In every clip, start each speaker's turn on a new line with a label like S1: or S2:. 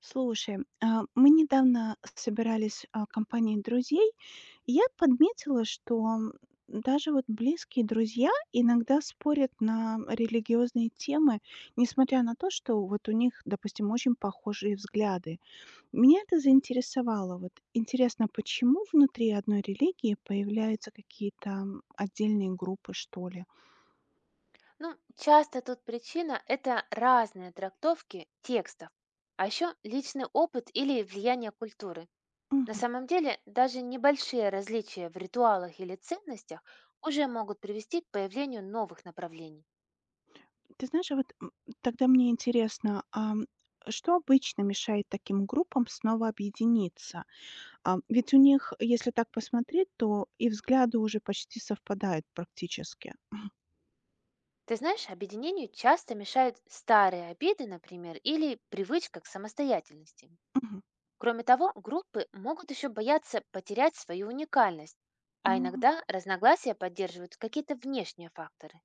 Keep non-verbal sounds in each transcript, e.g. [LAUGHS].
S1: Слушай, мы недавно собирались компанией друзей, и я подметила, что даже вот близкие друзья иногда спорят на религиозные темы, несмотря на то, что вот у них, допустим, очень похожие взгляды. Меня это заинтересовало. Вот интересно, почему внутри одной религии появляются какие-то отдельные группы, что ли?
S2: Ну, часто тут причина– это разные трактовки текстов, а еще личный опыт или влияние культуры. На самом деле, даже небольшие различия в ритуалах или ценностях уже могут привести к появлению новых направлений.
S1: Ты знаешь, а вот, тогда мне интересно, что обычно мешает таким группам снова объединиться? Ведь у них, если так посмотреть, то и взгляды уже почти совпадают практически.
S2: Ты знаешь, объединению часто мешают старые обиды, например, или привычка к самостоятельности.
S1: Мгм.
S2: Кроме того, группы могут еще бояться потерять свою уникальность, а
S1: Мгм.
S2: иногда разногласия поддерживают какие-то внешние факторы.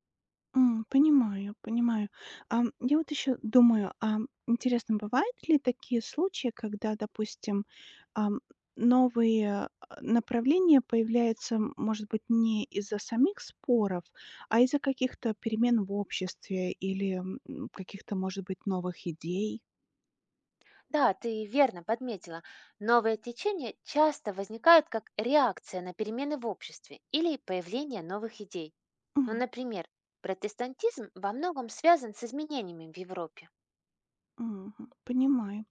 S1: Понимаю, понимаю. Я вот еще думаю, интересно, бывают ли такие случаи, когда, допустим, ам, новые, направления появляются, может быть, не из-за самих споров, а из-за каких-то перемен в обществе или, каких-то, может быть, новых идей?
S2: Да, ты верно подметила. Новые течения часто возникают как реакция на перемены в обществе или появление новых идей. Ну,
S1: Мгм,
S2: например, протестантизм во многом связан с изменениями в Европе.
S1: мгм. Понимаю.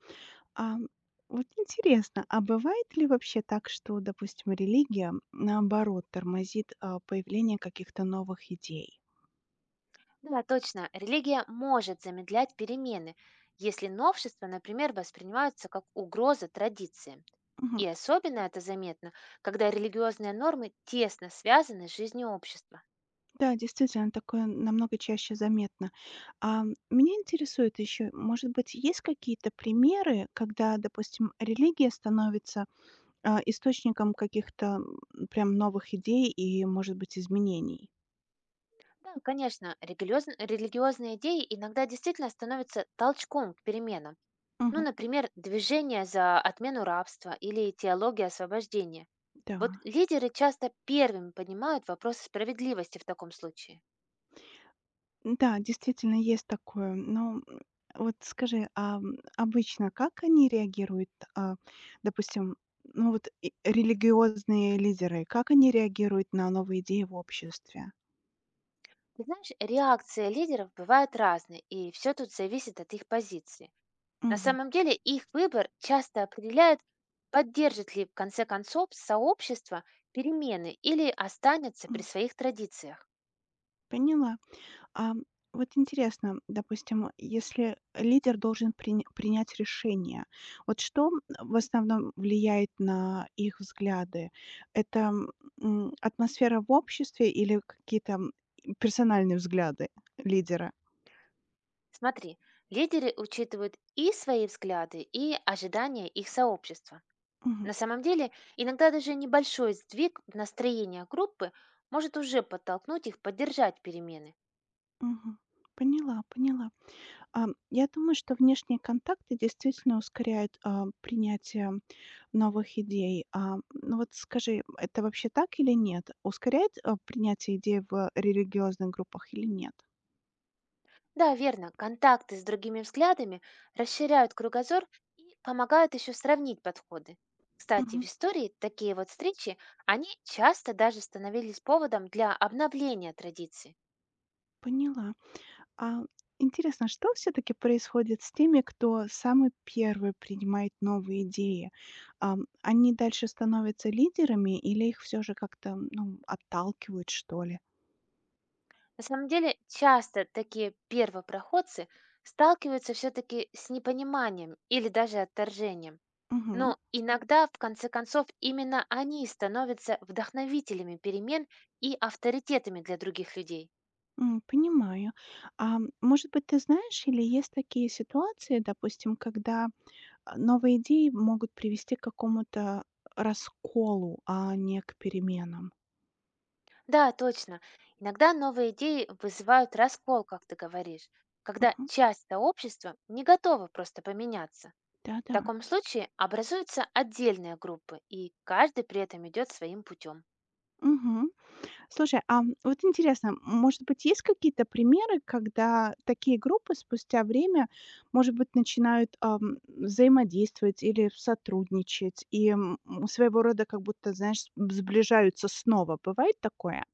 S1: Ам, вот интересно, а бывает ли вообще так, что, допустим, религия, наоборот, тормозит, появление каких-то новых идей?
S2: Да, точно, религия может замедлять перемены, если новшества, например, воспринимаются как угроза традициям. И
S1: Мгм.
S2: особенно это заметно, когда религиозные нормы тесно связаны с жизнью общества.
S1: Да, действительно, такое намного чаще заметно. А, Меня интересует еще, может быть, есть какие-то примеры, когда, допустим, религия становится, источником каких-то, прям новых идей и, может быть, изменений?
S2: Да, конечно, религиозн- религиозные идеи иногда действительно становятся толчком к переменам. Ну,
S1: Мгм.
S2: например, движение за отмену рабства или теология освобождения.
S1: Да.
S2: Вот лидеры часто первыми поднимают вопрос справедливости в таком случае.
S1: Да, действительно, есть такое. Но, вот скажи, обычно как они реагируют? Допустим, ну вот и религиозные лидеры, как они реагируют на новые идеи в обществе?
S2: Ты знаешь, реакция лидеров бывает разной, и все тут зависит от их позиции. На
S1: Мгм.
S2: самом деле их выбор часто определяет, поддержит ли в конце концов сообщество перемены или останется при своих традициях.
S1: Поняла. А, вот интересно, допустим, если лидер должен принять решение, вот что в основном влияет на их взгляды? Это атмосфера в обществе или какие-то персональные взгляды лидера?
S2: Смотри, лидеры учитывают и свои взгляды, и ожидания их сообщества.
S1: Мгм,
S2: На самом деле, иногда даже небольшой сдвиг настроения группы может уже подтолкнуть их поддержать перемены.
S1: мгм. Поняла, поняла. Я думаю, что внешние контакты действительно ускоряют, принятие новых идей. Ну вот скажи, это вообще так или нет? Ускоряет, принятие идей в религиозных группах или нет?
S2: Да, верно, контакты с другими взглядами расширяют кругозор и помогают еще сравнить подходы. Кстати, в
S1: Мгм.
S2: истории такие вот встречи, они часто даже становились поводом для обновления традиций.
S1: Поняла. А Интересно, что все-таки происходит с теми, кто самый первый принимает новые идеи? Они дальше становятся лидерами или их все же как-то, ну, отталкивают, что ли?
S2: На самом деле, часто такие первопроходцы сталкиваются все-таки с непониманием или даже отторжением.
S1: Мгм.
S2: Но иногда, в конце концов, именно они становятся вдохновителями перемен и авторитетами для других людей.
S1: Понимаю. Может быть, ты знаешь, или есть такие ситуации, допустим, когда, новые идеи могут привести к какому-то расколу, а не к переменам?
S2: Да, точно. Иногда новые идеи вызывают раскол, как ты говоришь, когда
S1: Мгм.
S2: часть сообщества не готова просто поменяться. В
S1: Да-да.
S2: таком случае образуются отдельные группы, и каждый при этом идет своим путем.
S1: Мгм. Слушай, вот интересно, может быть, есть какие-то примеры, когда такие группы спустя время, может быть, начинают, взаимодействовать или сотрудничать и, своего рода как будто, знаешь, сближаются снова. Бывает такое?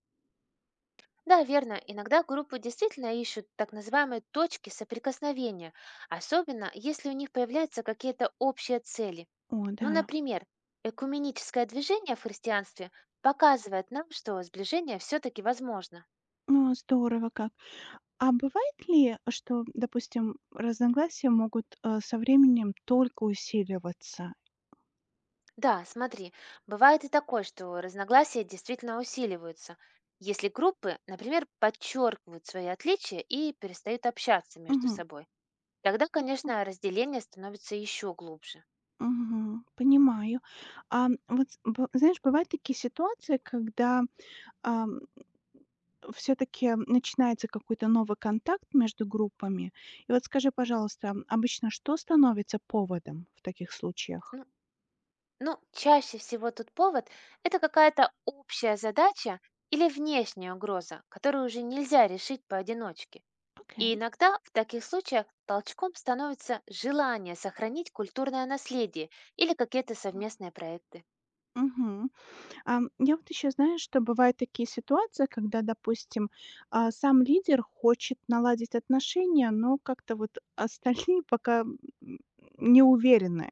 S2: Да, верно. Иногда группы действительно ищут так называемые точки соприкосновения, особенно если у них появляются какие-то общие цели.
S1: О
S2: Ну,
S1: да,
S2: например, экуменическое движение в христианстве показывает нам, что сближение все-таки возможно.
S1: ну, здорово как. А бывает ли, что, допустим, разногласия могут, со временем только усиливаться?
S2: Да, смотри, бывает и такое, что разногласия действительно усиливаются, если группы, например, подчеркивают свои отличия и перестают общаться между
S1: Мгм.
S2: собой. Тогда,
S1: М,
S2: конечно, разделение становится еще глубже.
S1: мгм. Понимаю. Вот з б знаешь, бывают такие ситуации, когда, все таки начинается какой-то новый контакт между группами. И вот скажи, пожалуйста, обычно что становится поводом в таких случаях?
S2: Ну, Ну, чаще всего тут повод– это какая-то общая задача или внешняя угроза, которую уже нельзя решить поодиночке. И
S1: Окей.
S2: иногда в таких случаях толчком становится желание сохранить культурное наследие или какие-то совместные проекты.
S1: Мгм. Я вот еще знаю, что бывают такие ситуации, когда, допустим, сам лидер хочет наладить отношения, но как-то вот остальные [LAUGHS] пока не уверены.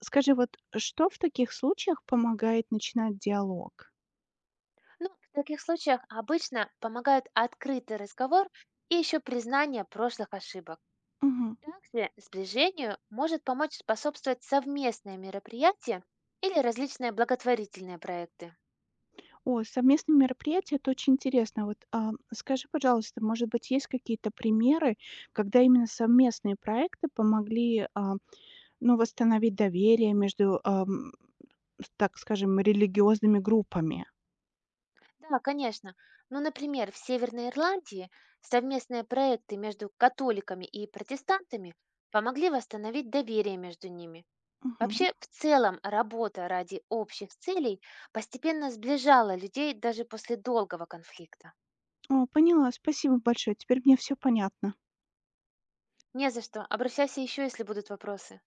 S1: Скажи, вот что в таких случаях помогает начинать диалог?
S2: Ну, в таких случаях обычно помогают открытый разговор и еще признание прошлых ошибок.
S1: Мгм.
S2: Также сближению может помочь способствовать совместные мероприятия или различные благотворительные проекты.
S1: О, совместные мероприятия, это очень интересно. Вот скажи, пожалуйста, может быть, есть какие-то примеры, когда именно совместные проекты помогли ну, восстановить доверие между с так скажем, религиозными группами.
S2: Да, конечно. Ну, например, в Северной Ирландии совместные проекты между католиками и протестантами помогли восстановить доверие между ними.
S1: Мгм.
S2: Вообще, в целом, работа ради общих целей постепенно сближала людей даже после долгого конфликта.
S1: О, поняла. Спасибо большое. Теперь мне все понятно.
S2: Не за что. Обращайся еще, если будут вопросы.